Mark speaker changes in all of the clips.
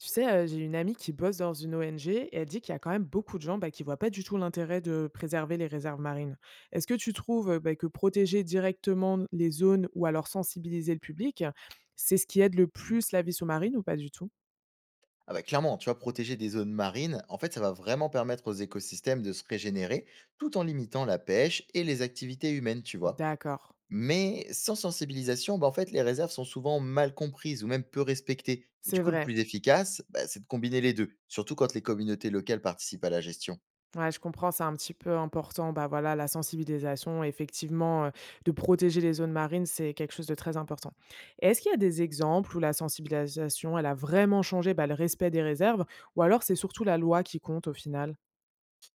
Speaker 1: Tu sais, j'ai une amie qui bosse dans une ONG et elle dit qu'il y a quand même beaucoup de gens, bah, qui ne voient pas du tout l'intérêt de préserver les réserves marines. Est-ce que tu trouves, bah, que protéger directement les zones ou alors sensibiliser le public, c'est ce qui aide le plus la vie sous-marine ou pas du tout?
Speaker 2: Ah bah clairement, tu vois, protéger des zones marines, en fait, ça va vraiment permettre aux écosystèmes de se régénérer tout en limitant la pêche et les activités humaines, tu vois.
Speaker 1: D'accord,
Speaker 2: Mais sans sensibilisation, bah en fait, les réserves sont souvent mal comprises ou même peu respectées. Et
Speaker 1: c'est
Speaker 2: du coup, le
Speaker 1: vrai.
Speaker 2: plus efficace, bah, c'est de combiner les deux, surtout quand les communautés locales participent à la gestion.
Speaker 1: Ouais, je comprends, c'est un petit peu important. Bah voilà, la sensibilisation, effectivement, de protéger les zones marines, c'est quelque chose de très important. Est-ce qu'il y a des exemples où la sensibilisation, elle a vraiment changé bah, le respect des réserves, ou alors c'est surtout la loi qui compte au final?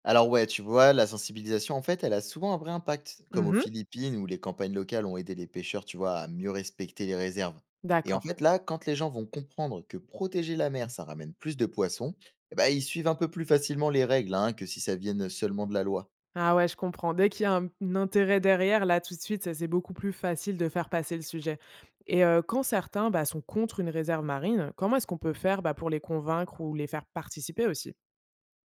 Speaker 2: Alors ouais, tu vois, la sensibilisation, en fait, elle a souvent un vrai impact, comme aux
Speaker 1: Mhm.
Speaker 2: Philippines où les campagnes locales ont aidé les pêcheurs, tu vois, à mieux respecter les réserves. Et en
Speaker 1: D'accord.
Speaker 2: fait, là, quand les gens vont comprendre que protéger la mer, ça ramène plus de poissons, eh ben, ils suivent un peu plus facilement les règles hein, que si ça vienne seulement de la loi.
Speaker 1: Ah ouais, je comprends. Dès qu'il y a un intérêt derrière, là, tout de suite, ça, c'est beaucoup plus facile de faire passer le sujet. Et quand certains bah, sont contre une réserve marine, comment est-ce qu'on peut faire bah, pour les convaincre ou les faire participer aussi?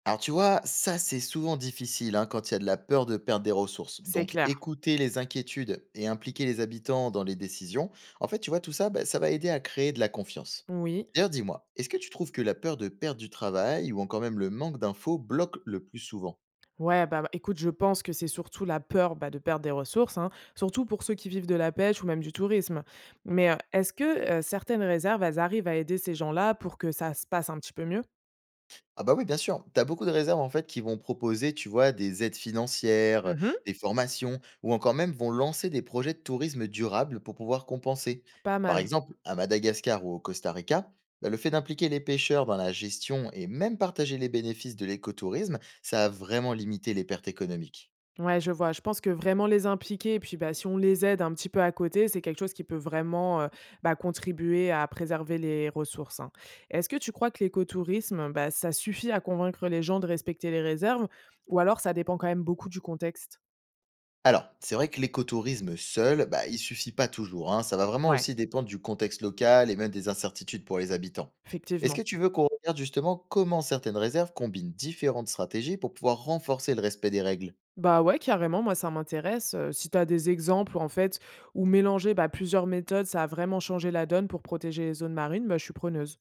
Speaker 2: Alors tu vois, ça c'est souvent difficile hein, quand il y a de la peur de perdre des ressources.
Speaker 1: C'est
Speaker 2: Donc
Speaker 1: clair.
Speaker 2: écouter les inquiétudes et impliquer les habitants dans les décisions, en fait tu vois tout ça, bah, ça va aider à créer de la confiance.
Speaker 1: Oui.
Speaker 2: D'ailleurs dis-moi, est-ce que tu trouves que la peur de perdre du travail ou encore même le manque d'infos bloque le plus souvent?
Speaker 1: Ouais, bah, écoute, je pense que c'est surtout la peur, bah, de perdre des ressources, hein, surtout pour ceux qui vivent de la pêche ou même du tourisme. Mais, est-ce que, certaines réserves, elles arrivent à aider ces gens-là pour que ça se passe un petit peu mieux?
Speaker 2: Ah bah oui, bien sûr. Tu as beaucoup de réserves en fait qui vont proposer, tu vois, des aides financières,
Speaker 1: Mmh.
Speaker 2: des formations ou encore même vont lancer des projets de tourisme durable pour pouvoir compenser.
Speaker 1: Pas
Speaker 2: Par
Speaker 1: mal.
Speaker 2: exemple, à Madagascar ou au Costa Rica, bah, le fait d'impliquer les pêcheurs dans la gestion et même partager les bénéfices de l'écotourisme, ça a vraiment limité les pertes économiques.
Speaker 1: Ouais, je vois. Je pense que vraiment les impliquer et puis, bah, si on les aide un petit peu à côté, c'est quelque chose qui peut vraiment, bah, contribuer à préserver les ressources, hein. Est-ce que tu crois que l'écotourisme, bah, ça suffit à convaincre les gens de respecter les réserves ou alors ça dépend quand même beaucoup du contexte?
Speaker 2: Alors, c'est vrai que l'écotourisme seul, bah, il suffit pas toujours, hein. Ça va vraiment
Speaker 1: Ouais,
Speaker 2: aussi dépendre du contexte local et même des incertitudes pour les habitants. Est-ce que
Speaker 1: effectivement.
Speaker 2: tu veux qu'on regarde justement comment certaines réserves combinent différentes stratégies pour pouvoir renforcer le respect des règles?
Speaker 1: Bah ouais, carrément, moi ça m'intéresse. Si tu as des exemples, en fait, où mélanger, bah, plusieurs méthodes, ça a vraiment changé la donne pour protéger les zones marines, bah, je suis preneuse.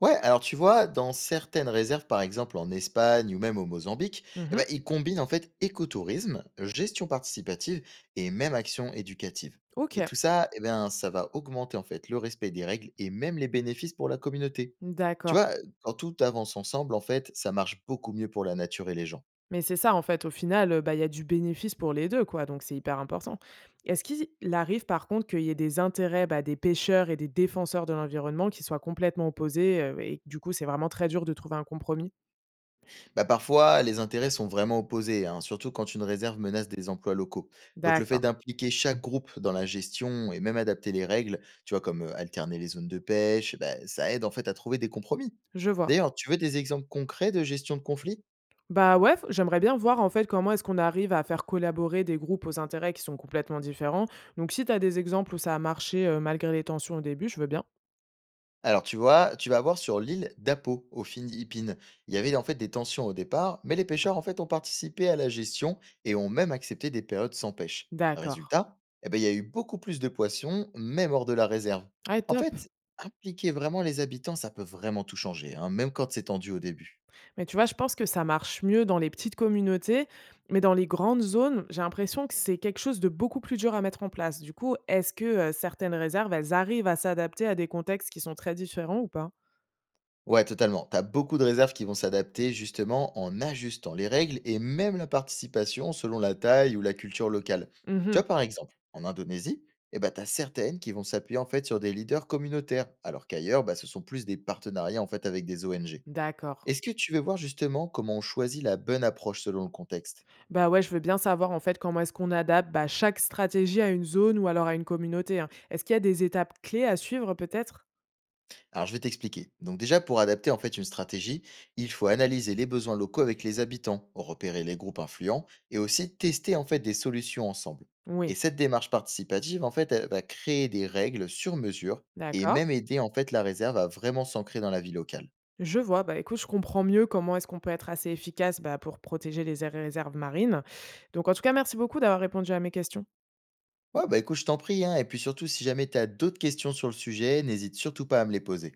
Speaker 2: Ouais, alors tu vois, dans certaines réserves, par exemple en Espagne ou même au Mozambique, eh ben,
Speaker 1: Mmh.
Speaker 2: ils combinent en fait écotourisme, gestion participative et même action éducative. Et
Speaker 1: OK,
Speaker 2: tout ça, eh ben, ça va augmenter en fait le respect des règles et même les bénéfices pour la communauté. Tu
Speaker 1: d'accord.
Speaker 2: vois, quand tout avance ensemble, en fait, ça marche beaucoup mieux pour la nature et les gens.
Speaker 1: Mais c'est ça, en fait, au final, bah, il y a du bénéfice pour les 2 quoi, donc c'est hyper important. Est-ce qu'il arrive, par contre, qu'il y ait des intérêts, bah, des pêcheurs et des défenseurs de l'environnement qui soient complètement opposés, et que, du coup, c'est vraiment très dur de trouver un compromis?
Speaker 2: Bah, parfois, les intérêts sont vraiment opposés, hein, surtout quand une réserve menace des emplois locaux. Donc le fait
Speaker 1: D'accord,
Speaker 2: d'impliquer chaque groupe dans la gestion et même adapter les règles, tu vois, comme alterner les zones de pêche, bah, ça aide en fait à trouver des compromis.
Speaker 1: je vois.
Speaker 2: D'ailleurs, tu veux des exemples concrets de gestion de conflits?
Speaker 1: Bah ouais, f j'aimerais bien voir en fait comment est-ce qu'on arrive à faire collaborer des groupes aux intérêts qui sont complètement différents. Donc si tu as des exemples où ça a marché, malgré les tensions au début, je veux bien.
Speaker 2: Alors, tu vois, tu vas avoir sur l'île d'Apo, aux Philippines. Il y avait en fait des tensions au départ, mais les pêcheurs en fait ont participé à la gestion et ont même accepté des périodes sans pêche.
Speaker 1: D'accord.
Speaker 2: Résultat, eh ben, il y a eu beaucoup plus de poissons, même hors de la réserve.
Speaker 1: Ouais,
Speaker 2: En
Speaker 1: top.
Speaker 2: fait, impliquer vraiment les habitants, ça peut vraiment tout changer, hein, même quand c'est tendu au début.
Speaker 1: Mais tu vois, je pense que ça marche mieux dans les petites communautés, mais dans les grandes zones, j'ai l'impression que c'est quelque chose de beaucoup plus dur à mettre en place. Du coup, est-ce que, certaines réserves, elles arrivent à s'adapter à des contextes qui sont très différents ou pas?
Speaker 2: Ouais, totalement. Tu as beaucoup de réserves qui vont s'adapter justement en ajustant les règles et même la participation selon la taille ou la culture locale. Tu
Speaker 1: Mmh.
Speaker 2: vois, par exemple, en Indonésie, eh ben, tu as certaines qui vont s'appuyer en fait sur des leaders communautaires, alors qu'ailleurs, bah, ce sont plus des partenariats en fait avec des ONG.
Speaker 1: D'accord.
Speaker 2: Est-ce que tu veux voir justement comment on choisit la bonne approche selon le contexte?
Speaker 1: Bah, ouais, je veux bien savoir en fait comment est-ce qu'on adapte, bah, chaque stratégie à une zone ou alors à une communauté, hein. Est-ce qu'il y a des étapes clés à suivre peut-être?
Speaker 2: Alors, je vais t'expliquer. Donc, déjà, pour adapter en fait une stratégie, il faut analyser les besoins locaux avec les habitants, repérer les groupes influents et aussi tester en fait des solutions ensemble. Et
Speaker 1: Oui,
Speaker 2: cette démarche participative, en fait, elle va créer des règles sur mesure et
Speaker 1: d'accord.
Speaker 2: même aider en fait la réserve à vraiment s'ancrer dans la vie locale.
Speaker 1: Je vois, bah, écoute, je comprends mieux comment est-ce qu'on peut être assez efficace, bah, pour protéger les aires et réserves marines. Donc en tout cas, merci beaucoup d'avoir répondu à mes questions.
Speaker 2: Ouais, bah écoute, je t'en prie, hein. Et puis surtout, si jamais tu as d'autres questions sur le sujet, n'hésite surtout pas à me les poser.